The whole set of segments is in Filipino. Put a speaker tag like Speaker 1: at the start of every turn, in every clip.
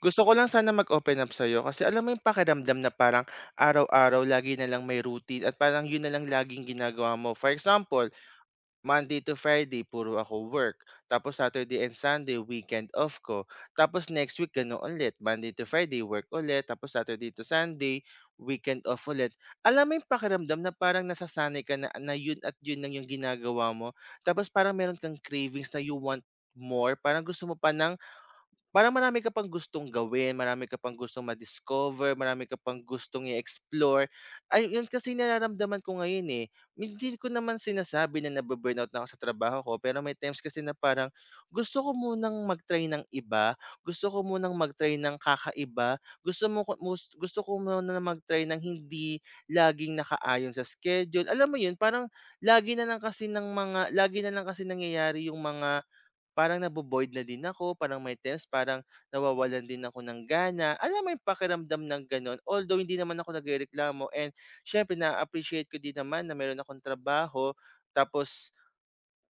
Speaker 1: Gusto ko lang sana mag-open up sa'yo kasi alam mo yung pakiramdam na parang araw-araw lagi na lang may routine at parang yun na lang laging ginagawa mo. For example, Monday to Friday, puro ako work. Tapos Saturday and Sunday, weekend off ko. Tapos next week, gano'n ulit. Monday to Friday, work ulit. Tapos Saturday to Sunday, weekend off ulit. Alam mo yung pakiramdam na parang nasasanay ka na, na yun at yun lang yung ginagawa mo. Tapos parang meron kang cravings na you want more. Parang gusto mo pa ng Parang marami ka pang gustong gawin, marami ka pang gustong ma-discover, marami ka pang gustong i-explore. Ay, yun kasi nararamdaman ko ngayon, eh. Hindi ko naman sinasabi na nabu-burnout na ako sa trabaho ko, pero may times kasi na parang gusto ko munang mag-try ng iba, gusto ko munang mag-try ng kakaiba, gusto ko muna mag-try ng hindi laging nakaayon sa schedule. Alam mo yun, parang lagi na lang kasi nangyayari yung mga. Parang nabo na din ako, parang may times parang nawawalan din ako ng gana. Alam mo yung pakiramdam ng gano'n? Although hindi naman ako nagrereklamo, and siyempre na-appreciate ko din naman na meron akong trabaho. Tapos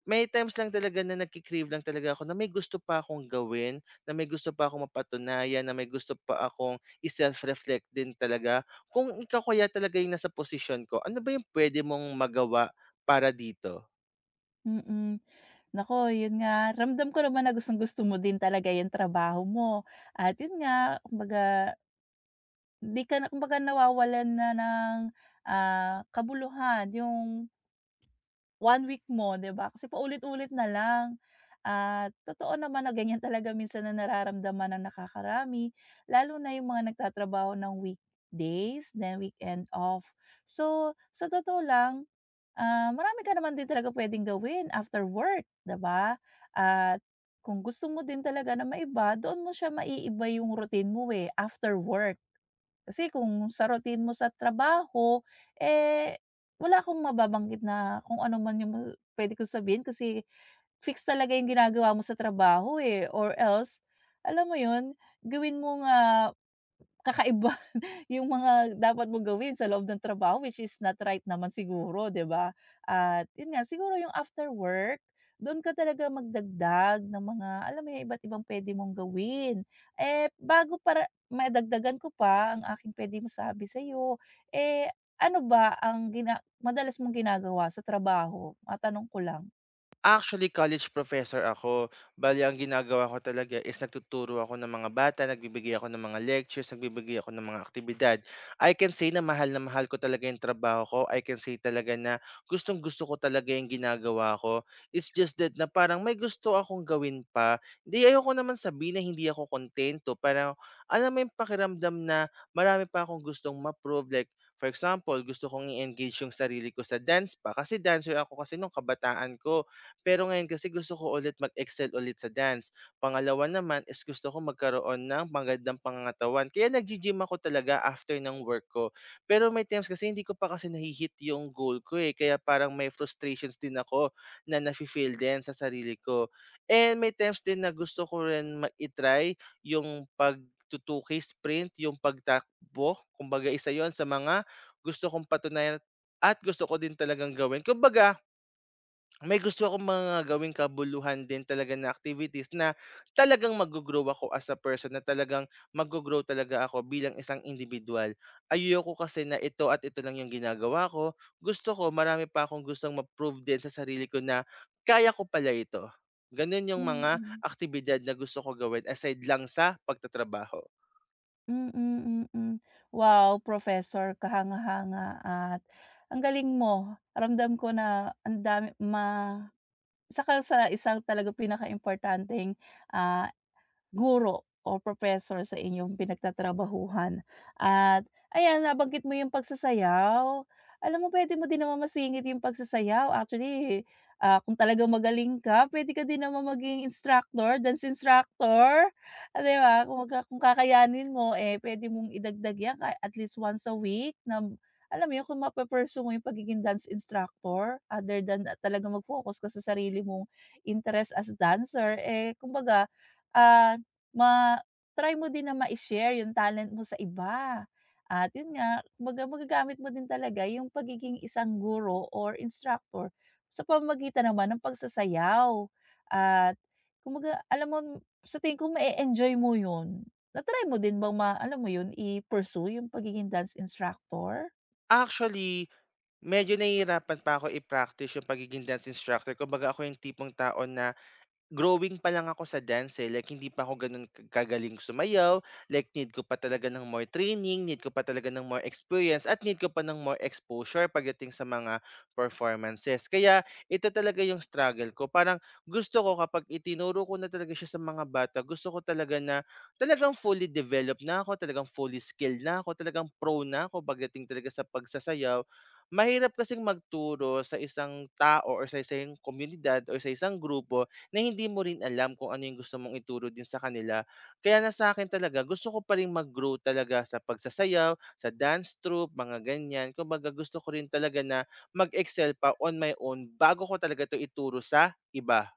Speaker 1: may times lang talaga na nagki-crave lang talaga ako na may gusto pa akong gawin, na may gusto pa akong mapatunayan, na may gusto pa akong i-self-reflect din talaga. Kung ikaw kaya talaga yung nasa posisyon ko, ano ba yung pwede mong magawa para dito?
Speaker 2: Mm. Naku, yun nga, ramdam ko naman na gustong-gusto mo din talaga yung trabaho mo at yun nga, kumbaga hindi ka na kumbaga nawawalan na ng kabuluhan yung one week mo, 'di ba? Kasi paulit-ulit na lang at totoo naman na ganyan talaga minsan na nararamdaman ng nakakarami lalo na yung mga nagtatrabaho ng weekdays, then weekend off. So, sa totoo lang. Ah, marami ka naman din talaga puwedeng gawin after work, 'di ba? At kung gusto mo din talaga na maiba, doon mo siya maiiba yung routine mo, eh, after work. Kasi kung sa routine mo sa trabaho, eh, wala akong mababanggit na kung ano man yung puwede kong sabihin kasi fix talaga yung ginagawa mo sa trabaho, eh, or else, alam mo yun, gawin mong kakaiba. Yung mga dapat mong gawin sa loob ng trabaho which is not right naman siguro, 'di ba? At yun nga, siguro yung after work, do'n ka talaga magdagdag ng mga alam mo yung iba't ibang puwede mong gawin. Eh, bago para madagdagan ko pa ang aking puwedeng masabi sa'yo, eh, ano ba ang madalas mong ginagawa sa trabaho? Matanong ko lang.
Speaker 1: Actually, college professor ako. Bali ang ginagawa ko talaga is nagtuturo ako ng mga bata, nagbibigay ako ng mga lectures, nagbibigay ako ng mga aktibidad. I can say na mahal ko talaga yung trabaho ko. I can say talaga na gustong-gusto ko talaga yung ginagawa ko. It's just that na parang may gusto akong gawin pa. Hindi, ayoko naman sabihin na hindi ako kontento. Parang, alam mo yung pakiramdam na marami pa akong gustong ma-prove. Like, for example, gusto kong i-engage yung sarili ko sa dance pa. Kasi dancer ako kasi nung kabataan ko, pero ngayon kasi gusto ko ulit mag-excel ulit sa dance. Pangalawa naman is gusto ko magkaroon ng magandang pangangatawan. Kaya naggi-gym ako talaga after ng work ko. Pero may times kasi hindi ko pa kasi nahi yung goal ko, eh. Kaya parang may frustrations din ako na nafi-feel din sa sarili ko. And may times din na gusto ko rin mai-try yung pag 2K sprint, yung pagtakbo. Kumbaga isa yon sa mga gusto kong patunayan at gusto ko din talagang gawin. Kumbaga may gusto akong mga gawing kabuluhan din talaga na activities na talagang maggo-grow ako as a person, na talagang maggo-grow talaga ako bilang isang indibidwal. Ayoko kasi na ito at ito lang yung ginagawa ko. Gusto ko marami pa akong gustong ma-prove din sa sarili ko na kaya ko pala ito. Ganun yung
Speaker 2: Mm.
Speaker 1: mga
Speaker 2: Mm.
Speaker 1: aktibidad na gusto ko gawin aside lang sa pagtatrabaho.
Speaker 2: Mm, mm. Wow, professor, kahanga-hanga at ang galing mo. Ramdam ko na ang dami saka sa isang talagang pinakaimportanteng, ah guro o professor sa inyong pinagtatrabahuhan. At ayan, nabanggit mo yung pagsasayaw. Alam mo, puwede mo din naman masingit yung pagsasayaw. Actually, kung talagang magaling ka, puwede ka din naman maging instructor, dance instructor, 'di ba? Kumbaga kung kakayanin mo, eh, puwede mong idagdag 'yan ka at least once a week na alam mo 'yun, kung mape mo yung pagiging dance instructor other than talagang mag-focus ka sa sarili mong interest as dancer, eh, kumbaga, ah Ma try mo din na ma share yung talent mo sa iba at yun nga, kumbaga magagamit mo din talaga yung pagiging isang guro or instructor sa pamamagitan naman ng pagsasayaw at kumbaga alam mo sa tingin ko ma enjoy mo yun. Na-try mo din bang alam mo yun, i-pursue yung pagiging dance instructor?
Speaker 1: Actually, medyo nahihirapan pa ako i-practice yung pagiging dance instructor. Kumbaga ako yung tipong tao na growing pa lang ako sa dance, eh, like hindi pa ako gano'n ka kagaling sumayaw, like need ko pa talaga ng more training, need ko pa talaga ng more experience, at need ko pa ng more exposure pagdating sa mga performances. Kaya ito talaga yung struggle ko, parang gusto ko kapag itinuro ko na talaga siya sa mga bata, gusto ko talaga na talagang fully developed na ako, talagang fully skilled na ako, talagang pro na ako pagdating talaga sa pagsasayaw. Mahirap kasing magturo sa isang tao or sa isang komunidad or sa isang grupo na hindi mo rin alam kung ano yung gusto mong ituro din sa kanila. Kaya na sa akin talaga gusto ko pa rin mag-grow talaga sa pagsasayaw, sa dance troupe, mga ganyan. Kumbaga gusto ko rin talaga na mag-excel pa on my own bago ko talaga 'to ituro sa iba.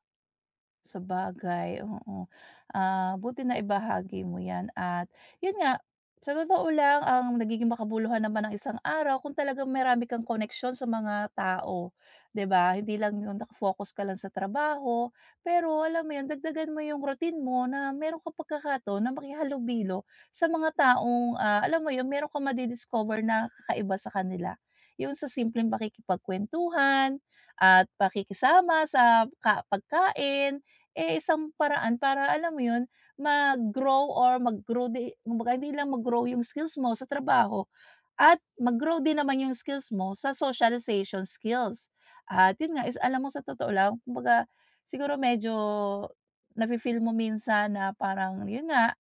Speaker 2: Sabagay, oo. Ah, buti na ibahagi mo 'yan at 'yun nga, sa totoo lang ang nagiging makabuluhan naman ng isang araw kung talagang marami kang koneksyon sa mga tao, 'di ba? Hindi lang 'yung naka-focus ka lang sa trabaho, pero alam mo 'yun, dagdagan mo 'yung routine mo na meron kang pagkakataon na makihalubilo sa mga taong alam mo 'yun, meron kang madi-discover na kakaiba sa kanila. 'Yung sa simpleng pakikipagkuwentuhan at pakikisama sa pagkain, eh, isang paraan para alam mo yun, mag-grow or mag-grow di kumbaga hindi lang mag-grow yung skills mo sa trabaho at mag-grow din naman yung skills mo sa socialization skills. At yun nga is alam mo sa totoo lang kumbaga siguro medyo nafi-feel mo minsan na parang yun nga,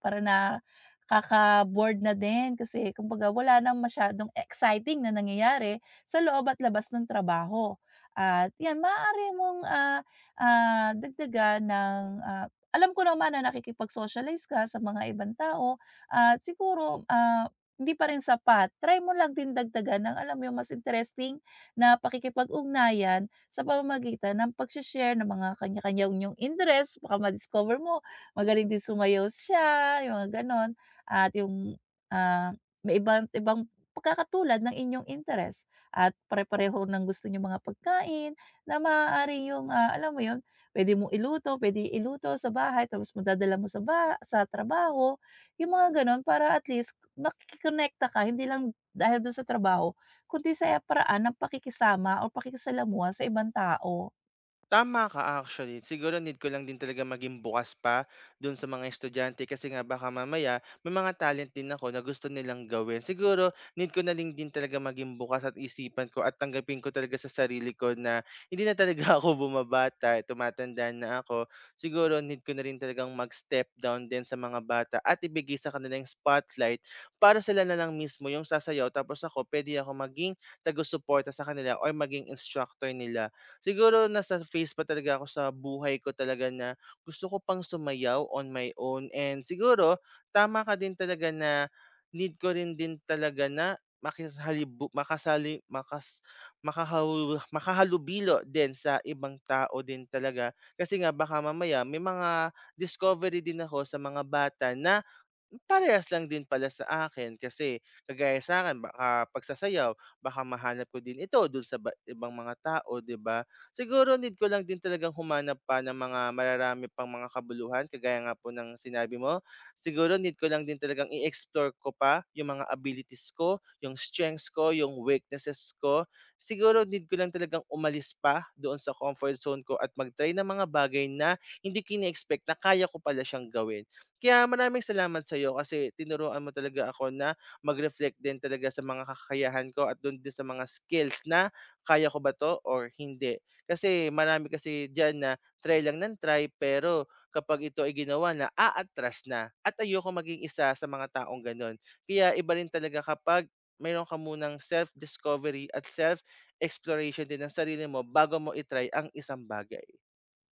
Speaker 2: para nakaka-bored na din kasi kumbaga wala ng masyadong exciting na nangyayari sa loob at labas ng trabaho. At 'yan, maaari mong dagdagan ng alam ko naman na nakikipag-socialize ka sa mga ibang tao at siguro, hindi pa rin sapat, try mo lang din dagdagan ng alam mo yung mas interesting na pakikipag-ugnayan sa pamamagitan ng pagse-share ng mga kanya-kanya yung interest. Baka ma-discover mo: magaling din sumayaw siya, yung mga gano'n at yung may ibang ibang pagkakatulad ng inyong interes at pare-pareho ng gusto niyong mga pagkain na maaari yung alam mo yun, pwede mong iluto, pwede iluto sa bahay tapos madadala mo sa sa trabaho, yung mga gano'n para at least makikikonekta ka hindi lang dahil dun sa trabaho kundi sa paraan ng pakikisama o pakikisalamuha sa ibang tao.
Speaker 1: Tama ka actually. Siguro need ko lang din talaga maging bukas pa dun sa mga estudyante kasi nga baka mamaya may mga talent din ako na gusto nilang gawin. Siguro need ko na lang din talaga maging bukas at isipan ko at tanggapin ko talaga sa sarili ko na hindi na talaga ako bumabata, tumatanda na ako. Siguro need ko na rin talagang mag-step down din sa mga bata at ibigay sa kanila yung spotlight para sila na lang mismo yung sasayaw, tapos ako pwede ako maging tago-suporta sa kanila or maging instructor nila. Siguro nasa phase pa talaga ako sa buhay ko talaga na gusto ko pang sumayaw on my own, and siguro tama ka din talaga na need ko rin din talaga na makisalibu makasali makas makahaw makahalubilo din sa ibang tao din talaga kasi nga baka mamaya may mga discovery din ako sa mga bata na parehas lang din pala sa akin kasi kagaya sa'kin baka pagsasayaw baka mahanap ko din ito dun sa ibang mga tao, 'di ba? Siguro need ko lang din talagang humanap pa ng mga mararami pang mga kabuluhan kagaya nga po ng sinabi mo. Siguro need ko lang din talagang i-explore ko pa yung mga abilities ko, yung strengths ko, yung weaknesses ko. Siguro need ko lang talagang umalis pa doon sa comfort zone ko at mag-try ng mga bagay na hindi kini expect na kaya ko pala siyang gawin. Kaya maraming salamat sa'yo kasi tinuruan mo talaga ako na mag-reflect din talaga sa mga kakayahan ko at do'n din sa mga skills na kaya ko ba 'to or hindi. Kasi marami kasi diyan na try lang ng try, pero kapag ito ay ginawa na, aatras na, at ayokong maging isa sa mga taong gano'n. Kaya iba rin talaga kapag mayro'n ka munang self-discovery at self-exploration din ng sarili mo bago mo itry ang isang bagay.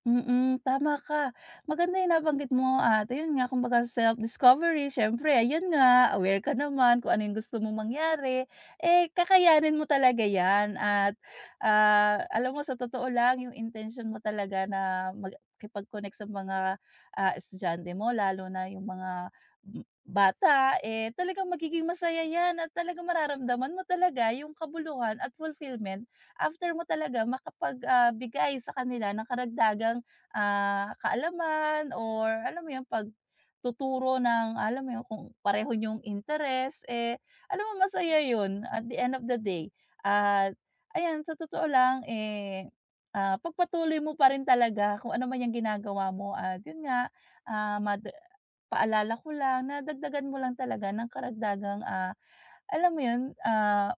Speaker 2: Mm, tama ka. Maganda yung nabanggit mo at ayun nga kumbaga self-discovery siyempre ayun nga, aware ka naman kung ano yung gusto mong mangyari, eh, kakayanin mo talaga yan at, alam mo sa totoo lang yung intention mo talaga na makipag-connect sa mga estudyante mo lalo na yung mga m bata, eh, talagang magiging masaya yan at talagang mararamdaman mo talaga yung kabuluhan at fulfillment after mo talaga makapagbigay sa kanila ng karagdagang kaalaman or alam mo yung pagtuturo ng alam mo yun, kung pareho yung interes, eh, alam mo masaya yun at the end of the day. At ayan, sa totoo lang, eh, pagpatuloy mo pa rin talaga kung ano man yang ginagawa mo at yun nga, ah, mad paalala ko lang na dagdagan mo lang talaga ng karagdagang alam mo yun, ah,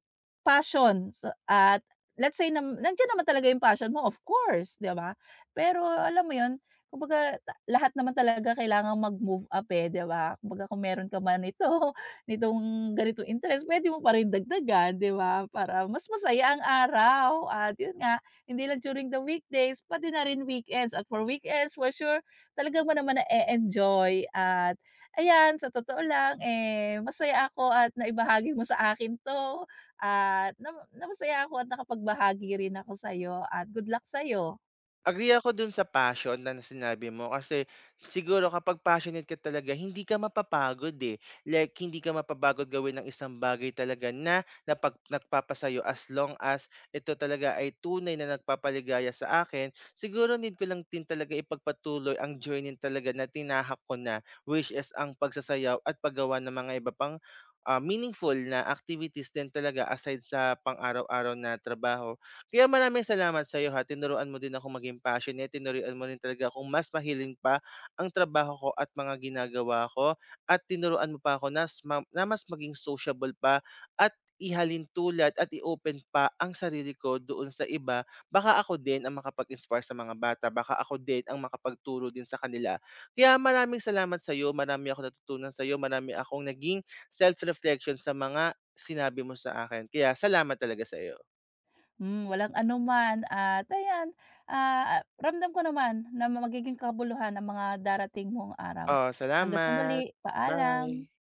Speaker 2: passion. So at let's say nandiyan naman talaga yung passion mo, of course, 'di ba? Pero alam mo yun, kumbaga ta lahat naman talaga kailangan mag-move up, eh, 'di ba? Kumbaga kung meron ka man nito nitong ganitong interest, puwede mo pa rin dagdagan, 'di ba? Para mas masaya ang araw at yun nga, hindi lang during the weekdays, pati na rin weekends at for weekends, for sure, talaga mo naman na enjoy at ayan, sa totoo lang, eh, masaya ako at naibahagi mo sa akin 'to at na na masaya ako at nakapagbahagi rin ako sa'yo at good luck sa'yo.
Speaker 1: Agree ako dun sa passion na sinabi mo, kasi siguro kapag passionate ka talaga hindi ka mapapagod, eh. Like hindi ka mapapagod gawin ng isang bagay talaga na nagpapasayo as long as ito talaga ay tunay na nagpapaligaya sa akin. Siguro need ko lang din talaga ipagpatuloy ang journey talaga na tinahak ko na, which is ang pagsasayaw at paggawa ng mga iba pang, meaningful na activities din talaga aside sa pang-araw-araw na trabaho. Kaya maraming salamat sa'yo ha, tinuruan mo din akong maging passionate, tinuruan mo rin talaga akong mas mahiling pa ang trabaho ko at mga ginagawa ko, at tinuruan mo pa ako nas ma na mas maging sociable pa at ihalin tulad at i-open pa ang sarili ko doon sa iba. Baka ako din ang makapag-inspire sa mga bata, baka ako din ang makapagturo din sa kanila. Kaya maraming salamat sa'yo, marami ako natutunan sa'yo, marami akong naging self-reflection sa mga sinabi mo sa akin. Kaya salamat talaga sa'yo.
Speaker 2: Hmm, walang anuman at ayan, ramdam ko naman na magiging kabuluhan ang mga darating mong araw.
Speaker 1: Oo,
Speaker 2: Hanggang sa
Speaker 1: salamat.
Speaker 2: muli, paalam.
Speaker 1: Bye.